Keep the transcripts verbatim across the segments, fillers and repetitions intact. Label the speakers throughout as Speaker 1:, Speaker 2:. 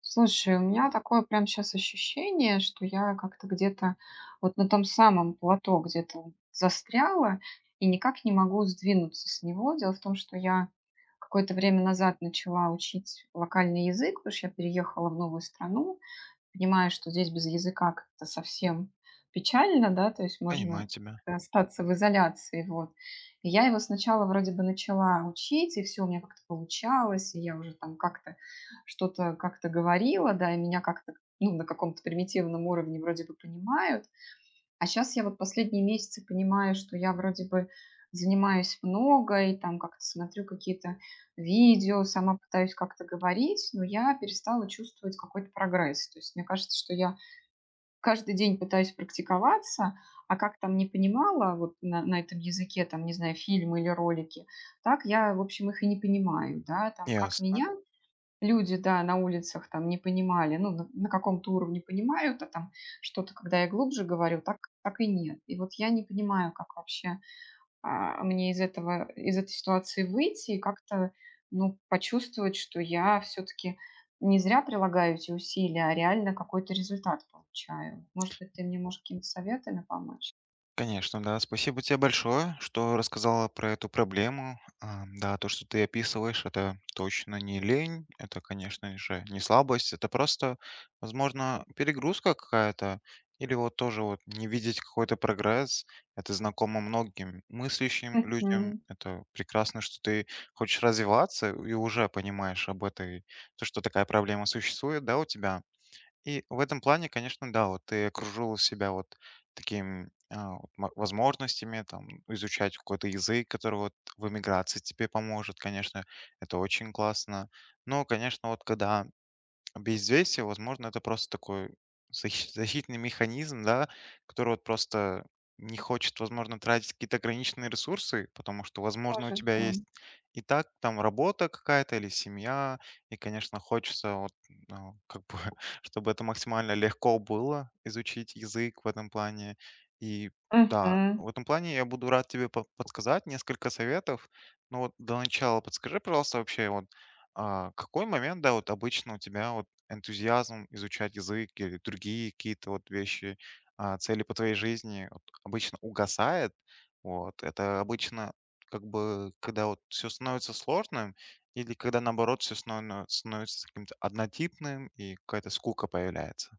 Speaker 1: Слушай, у меня такое прям сейчас ощущение, что я как-то где-то вот на том самом плато где-то вот застряла и никак не могу сдвинуться с него. Дело в том, что я какое-то время назад начала учить локальный язык, потому что я переехала в новую страну. Понимаешь, что здесь без языка как-то совсем печально, да, то есть
Speaker 2: Понимаю
Speaker 1: можно
Speaker 2: тебя.
Speaker 1: как-то остаться в изоляции, вот. И я его сначала вроде бы начала учить, и все у меня как-то получалось, и я уже там как-то что-то как-то говорила, да, и меня как-то, ну, на каком-то примитивном уровне вроде бы понимают. А сейчас я вот последние месяцы понимаю, что я вроде бы занимаюсь много и там как-то смотрю какие-то видео, сама пытаюсь как-то говорить, но я перестала чувствовать какой-то прогресс. То есть мне кажется, что я каждый день пытаюсь практиковаться, а как там не понимала вот на, на этом языке, там, не знаю, фильмы или ролики, так я, в общем, их и не понимаю, да, там, как
Speaker 2: Ясно.
Speaker 1: меня люди, да, на улицах там не понимали, ну, на, на каком-то уровне понимают, а там что-то, когда я глубже говорю, так, так и нет. И вот я не понимаю, как вообще а, мне из этого, из этой ситуации выйти и как-то, ну, почувствовать, что я все-таки не зря прилагаю эти усилия, а реально какой-то результат получаю. Может быть, ты мне можешь какими-то советами помочь?
Speaker 2: Конечно, да. Спасибо тебе большое, что рассказала про эту проблему. А, Да, то, что ты описываешь, это точно не лень, это, конечно же, не слабость, это просто, возможно, перегрузка какая-то, или вот тоже вот не видеть какой-то прогресс. Это знакомо многим мыслящим людям.
Speaker 1: Мгм.
Speaker 2: Это прекрасно, что ты хочешь развиваться и уже понимаешь об этой, то, что такая проблема существует, да, у тебя. И в этом плане, конечно, да, вот ты окружил себя вот таким а, вот мо- возможностями, там, изучать какой-то язык, который вот в эмиграции тебе поможет, конечно, это очень классно. Но, конечно, вот когда Безвестие, возможно, это просто такой защи- защитный механизм, да, который вот просто не хочет, возможно, тратить какие-то ограниченные ресурсы, потому что, возможно, у
Speaker 1: Может,
Speaker 2: тебя
Speaker 1: да.
Speaker 2: есть и так там работа какая-то или семья, и, конечно, хочется вот, ну, как бы, чтобы это максимально легко было изучить язык в этом плане. И да,
Speaker 1: Мгм.
Speaker 2: в этом плане я буду рад тебе по- подсказать несколько советов. Но вот до начала подскажи, пожалуйста, вообще вот а, какой момент, да, вот обычно у тебя вот энтузиазм изучать язык или другие какие-то вот вещи, а, цели по твоей жизни вот обычно угасает. Вот. Это обычно как бы когда вот все становится сложным или когда наоборот все становится, становится каким-то однотипным и какая-то скука появляется.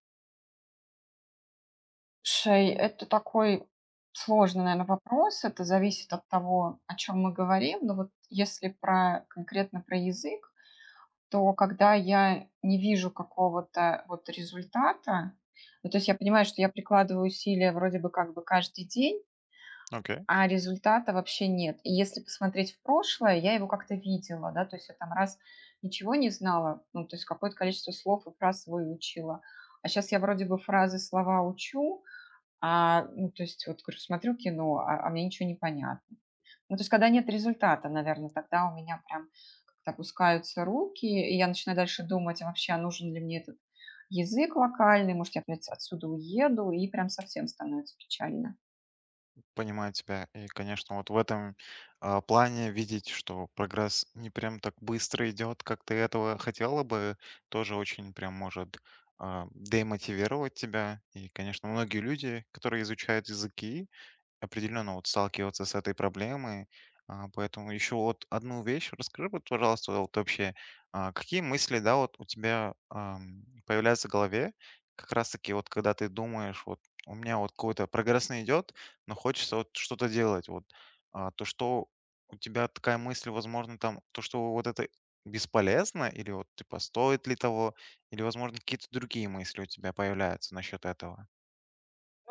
Speaker 1: Слушай, это такой сложный, наверное, вопрос. Это зависит от того, о чем мы говорим. Но вот если про конкретно про язык, то когда я не вижу какого-то вот результата, ну, то есть я понимаю, что я прикладываю усилия вроде бы как бы каждый день,
Speaker 2: Окей.
Speaker 1: а результата вообще нет. И если посмотреть в прошлое, я его как-то видела, да, то есть я там раз ничего не знала, ну, то есть какое-то количество слов и фраз выучила, а сейчас я вроде бы фразы, слова учу, а, ну, то есть вот говорю, смотрю кино, а а мне ничего не понятно. Ну, то есть когда нет результата, наверное, тогда у меня прям как-то опускаются руки, и я начинаю дальше думать, а вообще, а нужен ли мне этот язык локальный, может, я опять отсюда уеду, и прям совсем становится печально.
Speaker 2: Понимаю тебя. И, конечно, вот в этом а, плане видеть, что прогресс не прям так быстро идет, как ты этого хотела бы, тоже очень прям может а, демотивировать тебя. И, конечно, многие люди, которые изучают языки, определенно вот сталкиваться с этой проблемой. А, Поэтому еще вот одну вещь расскажи, вот, пожалуйста, вот вообще, а, какие мысли, да, вот у тебя ам, появляются в голове, как раз-таки вот когда ты думаешь, вот у меня вот какой-то прогресс не идет, но хочется вот что-то делать, вот, А, то, что у тебя такая мысль, возможно, там, то, что вот это бесполезно, или вот, типа, стоит ли того, или, возможно, какие-то другие мысли у тебя появляются насчет этого.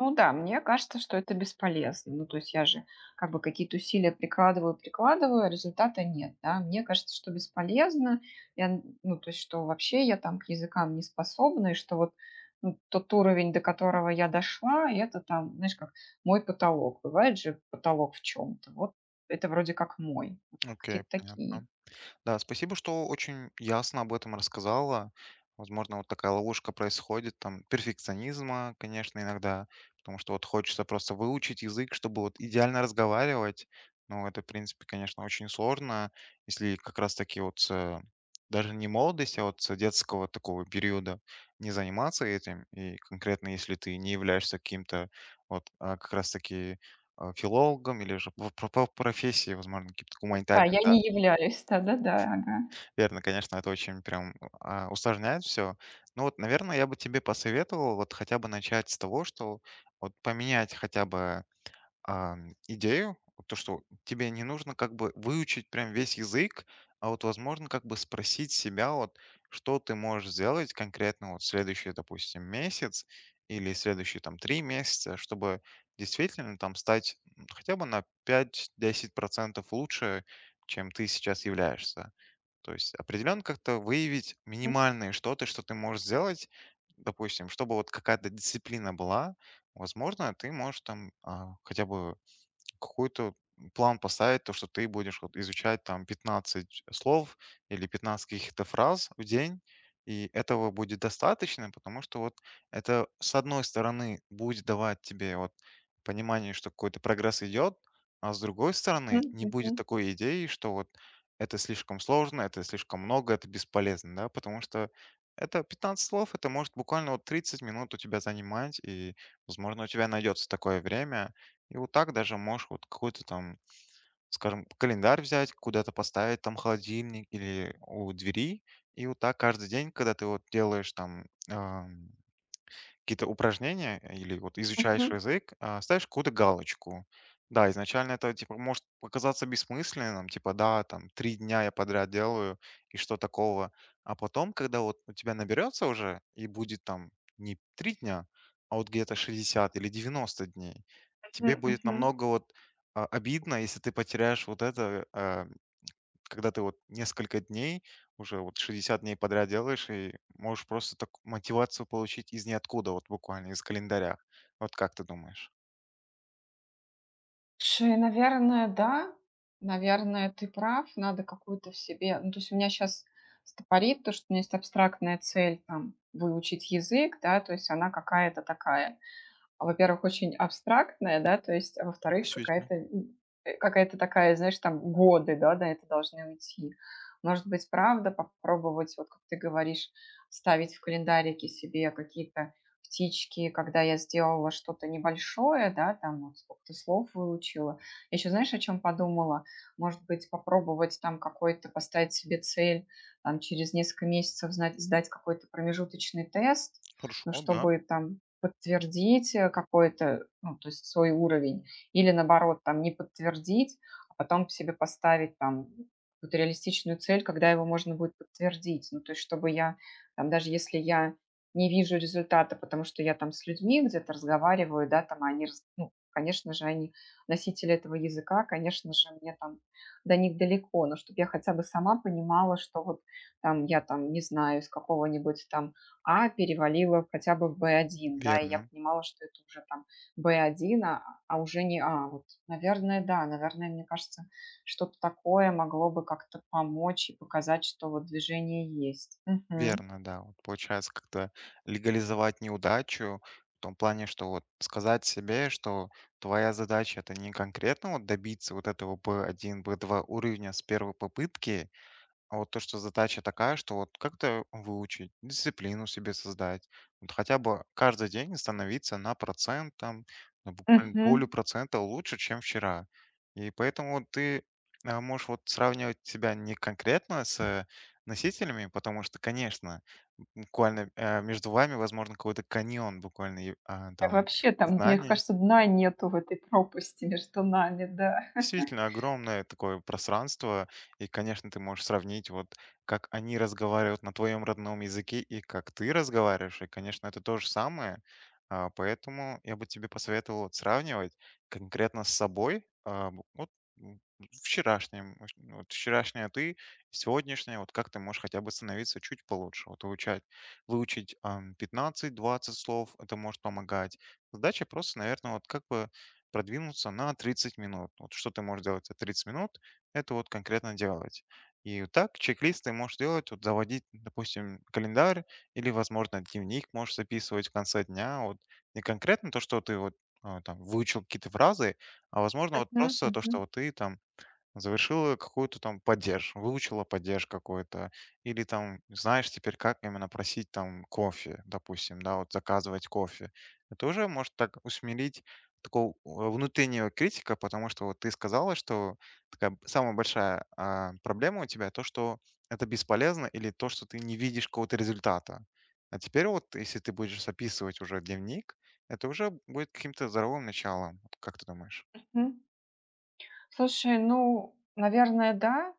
Speaker 1: Ну да, мне кажется, что это бесполезно. Ну, то есть я же как бы какие-то усилия прикладываю, прикладываю, а результата нет, да. Мне кажется, что бесполезно. Я, н- ну, то есть что вообще я там к языкам не способна, и что вот ну, тот уровень, до которого я дошла, это там, знаешь, как мой потолок. Бывает же потолок в чем-то. Вот это вроде как мой.
Speaker 2: Окей,
Speaker 1: Какие-то такие.
Speaker 2: понятно. Да, спасибо, что очень ясно об этом рассказала. Возможно, вот такая ловушка происходит, там, перфекционизма, конечно, иногда, потому что вот хочется просто выучить язык, чтобы вот идеально разговаривать. Но это, в принципе, конечно, очень сложно, если как раз-таки вот с, э, даже не молодости, а вот с детского такого периода не заниматься этим, и конкретно если ты не являешься каким-то вот а, как раз-таки а, филологом или же по, по- по профессии, возможно, каким-то
Speaker 1: А,
Speaker 2: гуманитарным,
Speaker 1: я
Speaker 2: да,
Speaker 1: не являюсь, да-да-да, ага.
Speaker 2: Верно, конечно, это очень прям а, усложняет все. Ну вот, наверное, я бы тебе посоветовал вот хотя бы начать с того, что вот поменять хотя бы, ам, идею. вот То, что тебе не нужно как бы выучить прям весь язык, а вот, возможно, как бы спросить себя, вот что ты можешь сделать конкретно вот следующий, допустим, месяц или следующие там три месяца, чтобы действительно там стать, м, хотя бы на пять-десять процентов лучше, чем ты сейчас являешься. То есть определенно как-то выявить минимальное что-то, что ты можешь сделать, допустим, чтобы вот какая-то дисциплина была. Возможно, ты можешь там а, хотя бы какой-то вот план поставить, то, что ты будешь вот изучать там пятнадцать слов или пятнадцать каких-то фраз в день, и этого будет достаточно, потому что вот это, с одной стороны, будет давать тебе вот понимание, что какой-то прогресс идет, а с другой стороны,
Speaker 1: Мгм,
Speaker 2: не будет
Speaker 1: мгм,
Speaker 2: такой идеи, что вот это слишком сложно, это слишком много, это бесполезно, да, потому что это пятнадцать слов, это может буквально вот тридцать минут у тебя занимать, и, возможно, у тебя найдется такое время, и вот так даже можешь вот какой-то там, скажем, календарь взять, куда-то поставить там холодильник или у двери. И вот так каждый день, когда ты вот делаешь там, какие-то упражнения э, или вот изучаешь
Speaker 1: мгм,
Speaker 2: язык, а, ставишь какую-то галочку. Да, изначально это типа может показаться бессмысленным, типа да, там три дня я подряд делаю и что такого. А потом, когда вот у тебя наберется уже и будет там не три дня, а вот где-то шестьдесят или девяносто дней, тебе
Speaker 1: мгм,
Speaker 2: будет
Speaker 1: мгм.
Speaker 2: намного вот а, обидно, если ты потеряешь вот это э, когда ты вот несколько дней, уже вот шестьдесят дней подряд делаешь, и можешь просто так мотивацию получить из ниоткуда, вот буквально из календаря. Вот как ты думаешь?
Speaker 1: Слушай, наверное, да. Наверное, ты прав. Надо какую-то в себе ну, то есть у меня сейчас стопорит то, что у меня есть абстрактная цель, там, выучить язык, да, то есть она какая-то такая. Во-первых, очень абстрактная, да, то есть, а во-вторых,
Speaker 2: Действительно.
Speaker 1: какая-то, м, э, какая-то такая, знаешь, там годы, да, на это должны уйти. Может быть, правда, попробовать, вот как ты говоришь, ставить в календарике себе какие-то птички, когда я сделала что-то небольшое, да, там вот сколько-то слов выучила. Я еще, знаешь, о чем подумала? Может быть, попробовать там какой-то, поставить себе цель, там через несколько месяцев знать, сдать какой-то промежуточный тест, ну,
Speaker 2: Хорошо. да,
Speaker 1: чтобы там подтвердить э, какой-то, ну, то есть свой уровень, или наоборот, там, не подтвердить, а потом себе поставить там какую-то реалистичную цель, когда его можно будет подтвердить. Ну, то есть чтобы я, там, даже если я не вижу результата, потому что я там с людьми где-то разговариваю, да, там а они, раз- ну, конечно же, они носители этого языка, конечно же, мне там до них далеко, но чтобы я хотя бы сама понимала, что вот там я там, не знаю, из какого-нибудь там а перевалила хотя бы в б один да, и я
Speaker 2: верно,
Speaker 1: понимала, что это уже там б один а, а уже не А. Вот, наверное, да, наверное, мне кажется, что-то такое могло бы как-то помочь и показать, что вот движение есть. Мгм.
Speaker 2: верно, да. Вот получается как-то легализовать неудачу в том плане, что вот сказать себе, что твоя задача это не конкретно вот добиться вот этого би один, би два уровня с первой попытки, А вот то, что задача такая, что вот как-то выучить, дисциплину себе создать, вот хотя бы каждый день становиться на процент, там, на буквально долю
Speaker 1: Мгм.
Speaker 2: процента лучше, чем вчера. И поэтому вот ты а, можешь вот сравнивать себя не конкретно с носителями, потому что, конечно, буквально э, между вами, возможно, какой-то каньон буквально и, а,
Speaker 1: Я
Speaker 2: там
Speaker 1: Вообще там, мне
Speaker 2: знаний,
Speaker 1: кажется, дна нету в этой пропасти между нами, да.
Speaker 2: Действительно огромное такое пространство, и, конечно, ты можешь сравнить вот, как они разговаривают на твоем родном языке и как ты разговариваешь, и, конечно, это то же самое. А, Поэтому я бы тебе посоветовал вот сравнивать конкретно с собой, а, б- вот м, вчерашним, в общем, вот вчерашняя ты, сегодняшняя, вот как ты можешь хотя бы становиться чуть получше, вот выучать, выучить пятнадцать двадцать слов, это может помогать. Задача просто, наверное, вот как бы продвинуться на тридцать минут. Вот что ты можешь делать за тридцать минут, это вот конкретно делать. И вот так чек-лист ты можешь делать, вот заводить, допустим, календарь или, возможно, дневник можешь записывать в конце дня. Вот не конкретно то, что ты вот а, там выучил какие-то фразы, а возможно вот
Speaker 1: Мгм,
Speaker 2: просто то,
Speaker 1: мгм,
Speaker 2: что вот ты там Завершила какую-то там поддержку, выучила поддержку какую то или там знаешь теперь, как именно просить там кофе, допустим, да, вот заказывать кофе. Это уже может так усмирить такого э, внутреннего критика, потому что вот ты сказала, что такая самая большая а, проблема у тебя то, что это бесполезно или то, что ты не видишь какого-то результата. А теперь вот, если ты будешь записывать уже дневник, это уже будет каким-то здоровым началом. вот Как ты думаешь?
Speaker 1: мгм. Слушай, ну, наверное, да.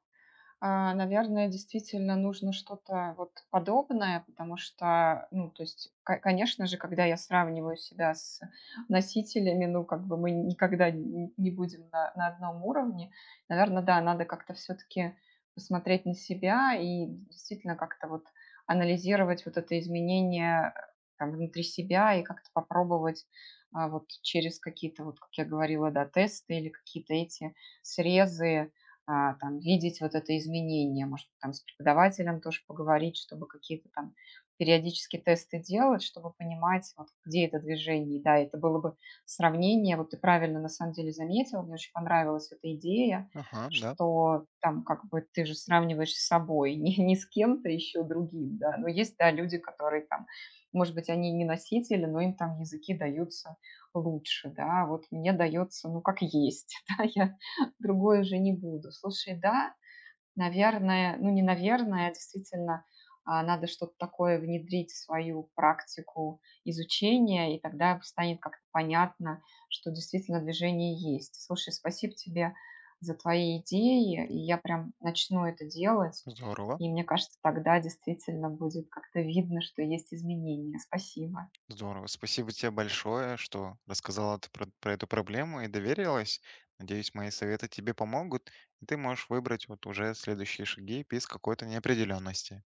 Speaker 1: А, наверное, действительно нужно что-то вот подобное, потому что, ну, то есть, ко- конечно же, когда я сравниваю себя с носителями, ну, как бы мы никогда не не будем на, на одном уровне. Наверное, да, надо как-то все-таки посмотреть на себя и действительно как-то вот анализировать вот это изменение э, там, внутри себя и как-то попробовать а, вот через какие-то, вот, как я говорила, да, тесты или какие-то эти срезы, а, там видеть вот это изменение, может, там с преподавателем тоже поговорить, чтобы какие-то там периодически тесты делать, чтобы понимать, вот, где это движение. Да, это было бы сравнение, вот ты правильно на самом деле заметил, мне очень понравилась эта идея,
Speaker 2: Ага, да,
Speaker 1: что там как бы ты же сравниваешь с собой, не, не с кем-то еще другим, да, но есть, да, люди, которые там, может быть, они не носители, но им там языки даются лучше, да, вот мне дается, ну, как есть, да, я другой уже не буду. Слушай, да, наверное, ну не наверное, а действительно а, надо что-то такое внедрить в свою практику изучения, и тогда станет как-то понятно, что действительно движение есть. Слушай, спасибо тебе за твои идеи, и я прям начну это делать,
Speaker 2: здорово.
Speaker 1: и мне кажется, тогда действительно будет как-то видно, что есть изменения. Спасибо.
Speaker 2: Здорово. Спасибо тебе большое, что рассказала ты про, про эту проблему и доверилась. Надеюсь, мои советы тебе помогут, и ты можешь выбрать вот уже следующие шаги без какой-то неопределенности.